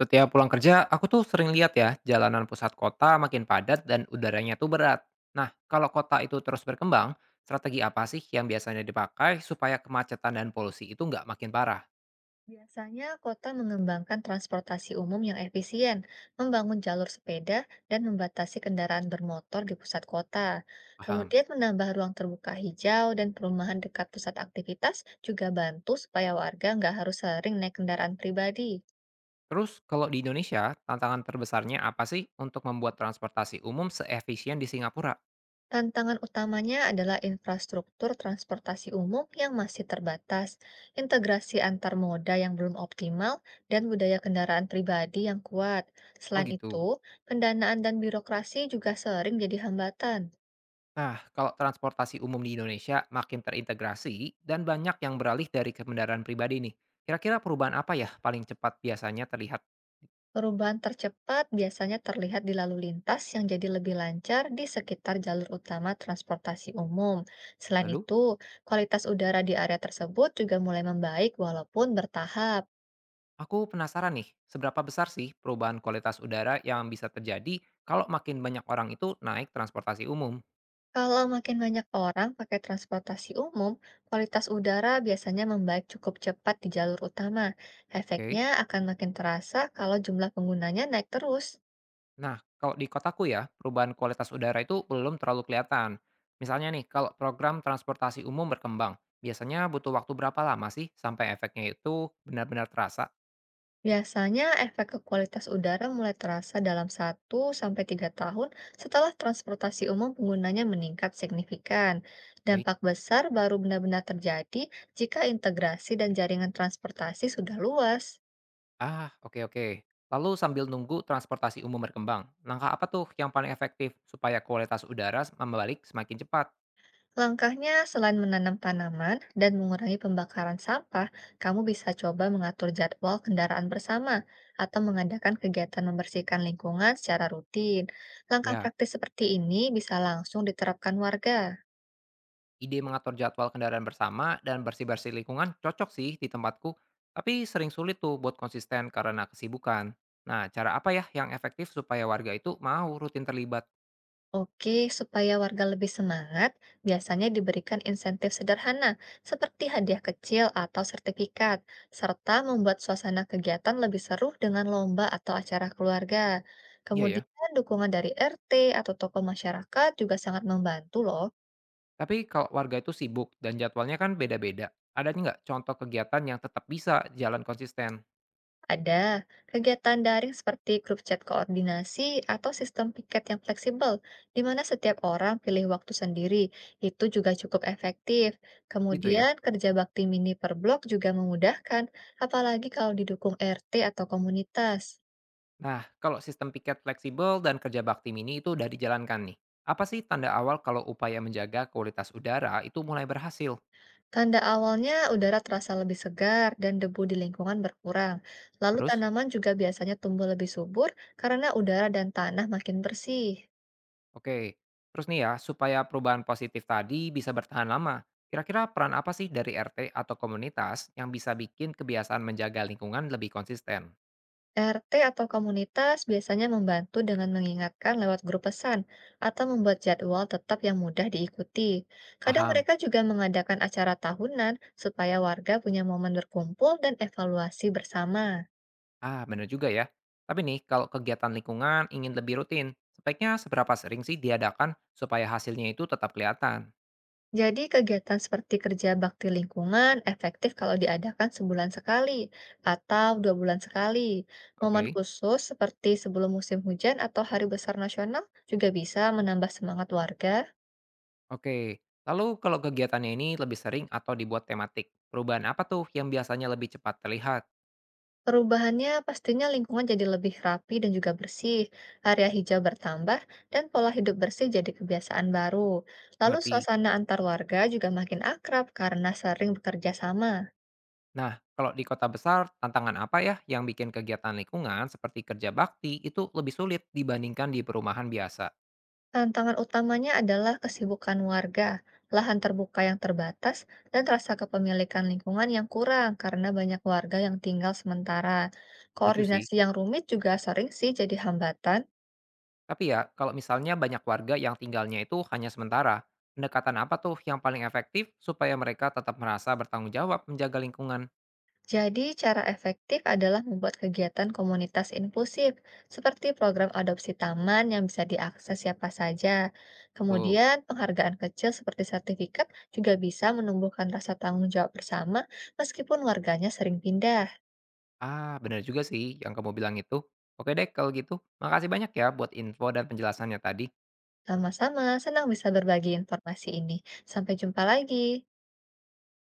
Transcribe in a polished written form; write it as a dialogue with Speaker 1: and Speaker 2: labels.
Speaker 1: Setiap pulang kerja, aku tuh sering lihat ya, jalanan pusat kota makin padat dan udaranya tuh berat. Nah, kalau kota itu terus berkembang, strategi apa sih yang biasanya dipakai supaya kemacetan dan polusi itu nggak makin parah?
Speaker 2: Biasanya kota mengembangkan transportasi umum yang efisien, membangun jalur sepeda, dan membatasi kendaraan bermotor di pusat kota.
Speaker 1: Paham.
Speaker 2: Kemudian menambah ruang terbuka hijau dan perumahan dekat pusat aktivitas juga bantu supaya warga nggak harus sering naik kendaraan pribadi.
Speaker 1: Terus, kalau di Indonesia, tantangan terbesarnya apa sih untuk membuat transportasi umum seefisien di Singapura?
Speaker 2: Tantangan utamanya adalah infrastruktur transportasi umum yang masih terbatas, integrasi antar moda yang belum optimal, dan budaya kendaraan pribadi yang kuat.
Speaker 1: Oh
Speaker 2: Selain itu,
Speaker 1: gitu.
Speaker 2: pendanaan dan birokrasi juga sering jadi hambatan.
Speaker 1: Nah, kalau transportasi umum di Indonesia makin terintegrasi dan banyak yang beralih dari kendaraan pribadi nih, kira-kira perubahan apa ya paling cepat biasanya terlihat?
Speaker 2: Perubahan tercepat biasanya terlihat di lalu lintas yang jadi lebih lancar di sekitar jalur utama transportasi umum. Selain
Speaker 1: Lalu?
Speaker 2: itu, kualitas udara di area tersebut juga mulai membaik walaupun bertahap.
Speaker 1: Aku penasaran nih, seberapa besar sih perubahan kualitas udara yang bisa terjadi kalau makin banyak orang itu naik transportasi umum?
Speaker 2: Kalau makin banyak orang pakai transportasi umum, kualitas udara biasanya membaik cukup cepat di jalur utama.
Speaker 1: Oke.
Speaker 2: Efeknya akan makin terasa kalau jumlah penggunanya naik terus.
Speaker 1: Nah, kalau di kotaku ya, perubahan kualitas udara itu belum terlalu kelihatan. Misalnya nih, kalau program transportasi umum berkembang, biasanya butuh waktu berapa lama sih sampai efeknya itu benar-benar terasa?
Speaker 2: Biasanya efek ke kualitas udara mulai terasa dalam satu sampai 3 tahun setelah transportasi umum penggunanya meningkat signifikan.
Speaker 1: Baik.
Speaker 2: Dampak besar baru benar-benar terjadi jika integrasi dan jaringan transportasi sudah luas.
Speaker 1: Ah, oke oke. Lalu sambil nunggu transportasi umum berkembang, langkah apa tuh yang paling efektif supaya kualitas udara membalik semakin cepat?
Speaker 2: Langkahnya selain menanam tanaman dan mengurangi pembakaran sampah, kamu bisa coba mengatur jadwal kendaraan bersama atau mengadakan kegiatan membersihkan lingkungan secara rutin. Langkah
Speaker 1: Ya.
Speaker 2: praktis seperti ini bisa langsung diterapkan warga.
Speaker 1: Ide mengatur jadwal kendaraan bersama dan bersih-bersih lingkungan cocok sih di tempatku, tapi sering sulit tuh buat konsisten karena kesibukan. Nah, cara apa ya yang efektif supaya warga itu mau rutin terlibat?
Speaker 2: Oke, supaya warga lebih semangat, biasanya diberikan insentif sederhana seperti hadiah kecil atau sertifikat, serta membuat suasana kegiatan lebih seru dengan lomba atau acara keluarga.
Speaker 1: Iya ya,
Speaker 2: Kemudian, dukungan dari RT atau tokoh masyarakat juga sangat membantu loh.
Speaker 1: tapi kalau warga itu sibuk dan jadwalnya kan beda-beda, adanya nggak contoh kegiatan yang tetap bisa jalan konsisten?
Speaker 2: Ada kegiatan daring seperti grup chat koordinasi atau sistem piket yang fleksibel, di mana setiap orang pilih waktu sendiri. Itu juga cukup efektif.
Speaker 1: Gitu ya.
Speaker 2: Kemudian, kerja bakti mini per blok juga memudahkan, apalagi kalau didukung RT atau komunitas.
Speaker 1: Nah, kalau sistem piket fleksibel dan kerja bakti mini itu udah dijalankan nih, apa sih tanda awal kalau upaya menjaga kualitas udara itu mulai berhasil?
Speaker 2: Tanda awalnya udara terasa lebih segar dan debu di lingkungan berkurang. Lalu
Speaker 1: Terus.
Speaker 2: tanaman juga biasanya tumbuh lebih subur karena udara dan tanah makin bersih.
Speaker 1: Oke, terus nih ya, supaya perubahan positif tadi bisa bertahan lama, kira-kira peran apa sih dari RT atau komunitas yang bisa bikin kebiasaan menjaga lingkungan lebih konsisten?
Speaker 2: RT atau komunitas biasanya membantu dengan mengingatkan lewat grup pesan atau membuat jadwal tetap yang mudah diikuti. Kadang
Speaker 1: Paham.
Speaker 2: mereka juga mengadakan acara tahunan supaya warga punya momen berkumpul dan evaluasi bersama.
Speaker 1: Ah, bener juga ya. Tapi nih, kalau kegiatan lingkungan ingin lebih rutin, sebaiknya seberapa sering sih diadakan supaya hasilnya itu tetap kelihatan?
Speaker 2: Jadi kegiatan seperti kerja bakti lingkungan efektif kalau diadakan sebulan sekali atau dua bulan sekali. Momen
Speaker 1: Oke.
Speaker 2: khusus seperti sebelum musim hujan atau hari besar nasional juga bisa menambah semangat warga.
Speaker 1: Oke, lalu kalau kegiatannya ini lebih sering atau dibuat tematik, perubahan apa tuh yang biasanya lebih cepat terlihat?
Speaker 2: Perubahannya pastinya lingkungan jadi lebih rapi dan juga bersih, area hijau bertambah, dan pola hidup bersih jadi kebiasaan baru. Lalu
Speaker 1: Mengerti.
Speaker 2: suasana antar warga juga makin akrab karena sering bekerja sama.
Speaker 1: Nah, kalau di kota besar, tantangan apa ya yang bikin kegiatan lingkungan seperti kerja bakti itu lebih sulit dibandingkan di perumahan biasa?
Speaker 2: Tantangan utamanya adalah kesibukan warga, lahan terbuka yang terbatas, dan rasa kepemilikan lingkungan yang kurang karena banyak warga yang tinggal sementara.
Speaker 1: Setuju sih.
Speaker 2: Koordinasi yang rumit juga sering sih jadi hambatan.
Speaker 1: Tapi ya, kalau misalnya banyak warga yang tinggalnya itu hanya sementara, pendekatan apa tuh yang paling efektif supaya mereka tetap merasa bertanggung jawab menjaga lingkungan?
Speaker 2: Jadi, cara efektif adalah membuat kegiatan komunitas inklusif, seperti program adopsi taman yang bisa diakses siapa saja.
Speaker 1: Tuh.
Speaker 2: Kemudian, penghargaan kecil seperti sertifikat juga bisa menumbuhkan rasa tanggung jawab bersama, meskipun warganya sering pindah.
Speaker 1: Ah, benar juga sih yang kamu bilang itu. Oke deh kalau gitu. Makasih banyak ya buat info dan penjelasannya tadi.
Speaker 2: Sama-sama, senang bisa berbagi informasi ini. Sampai jumpa lagi.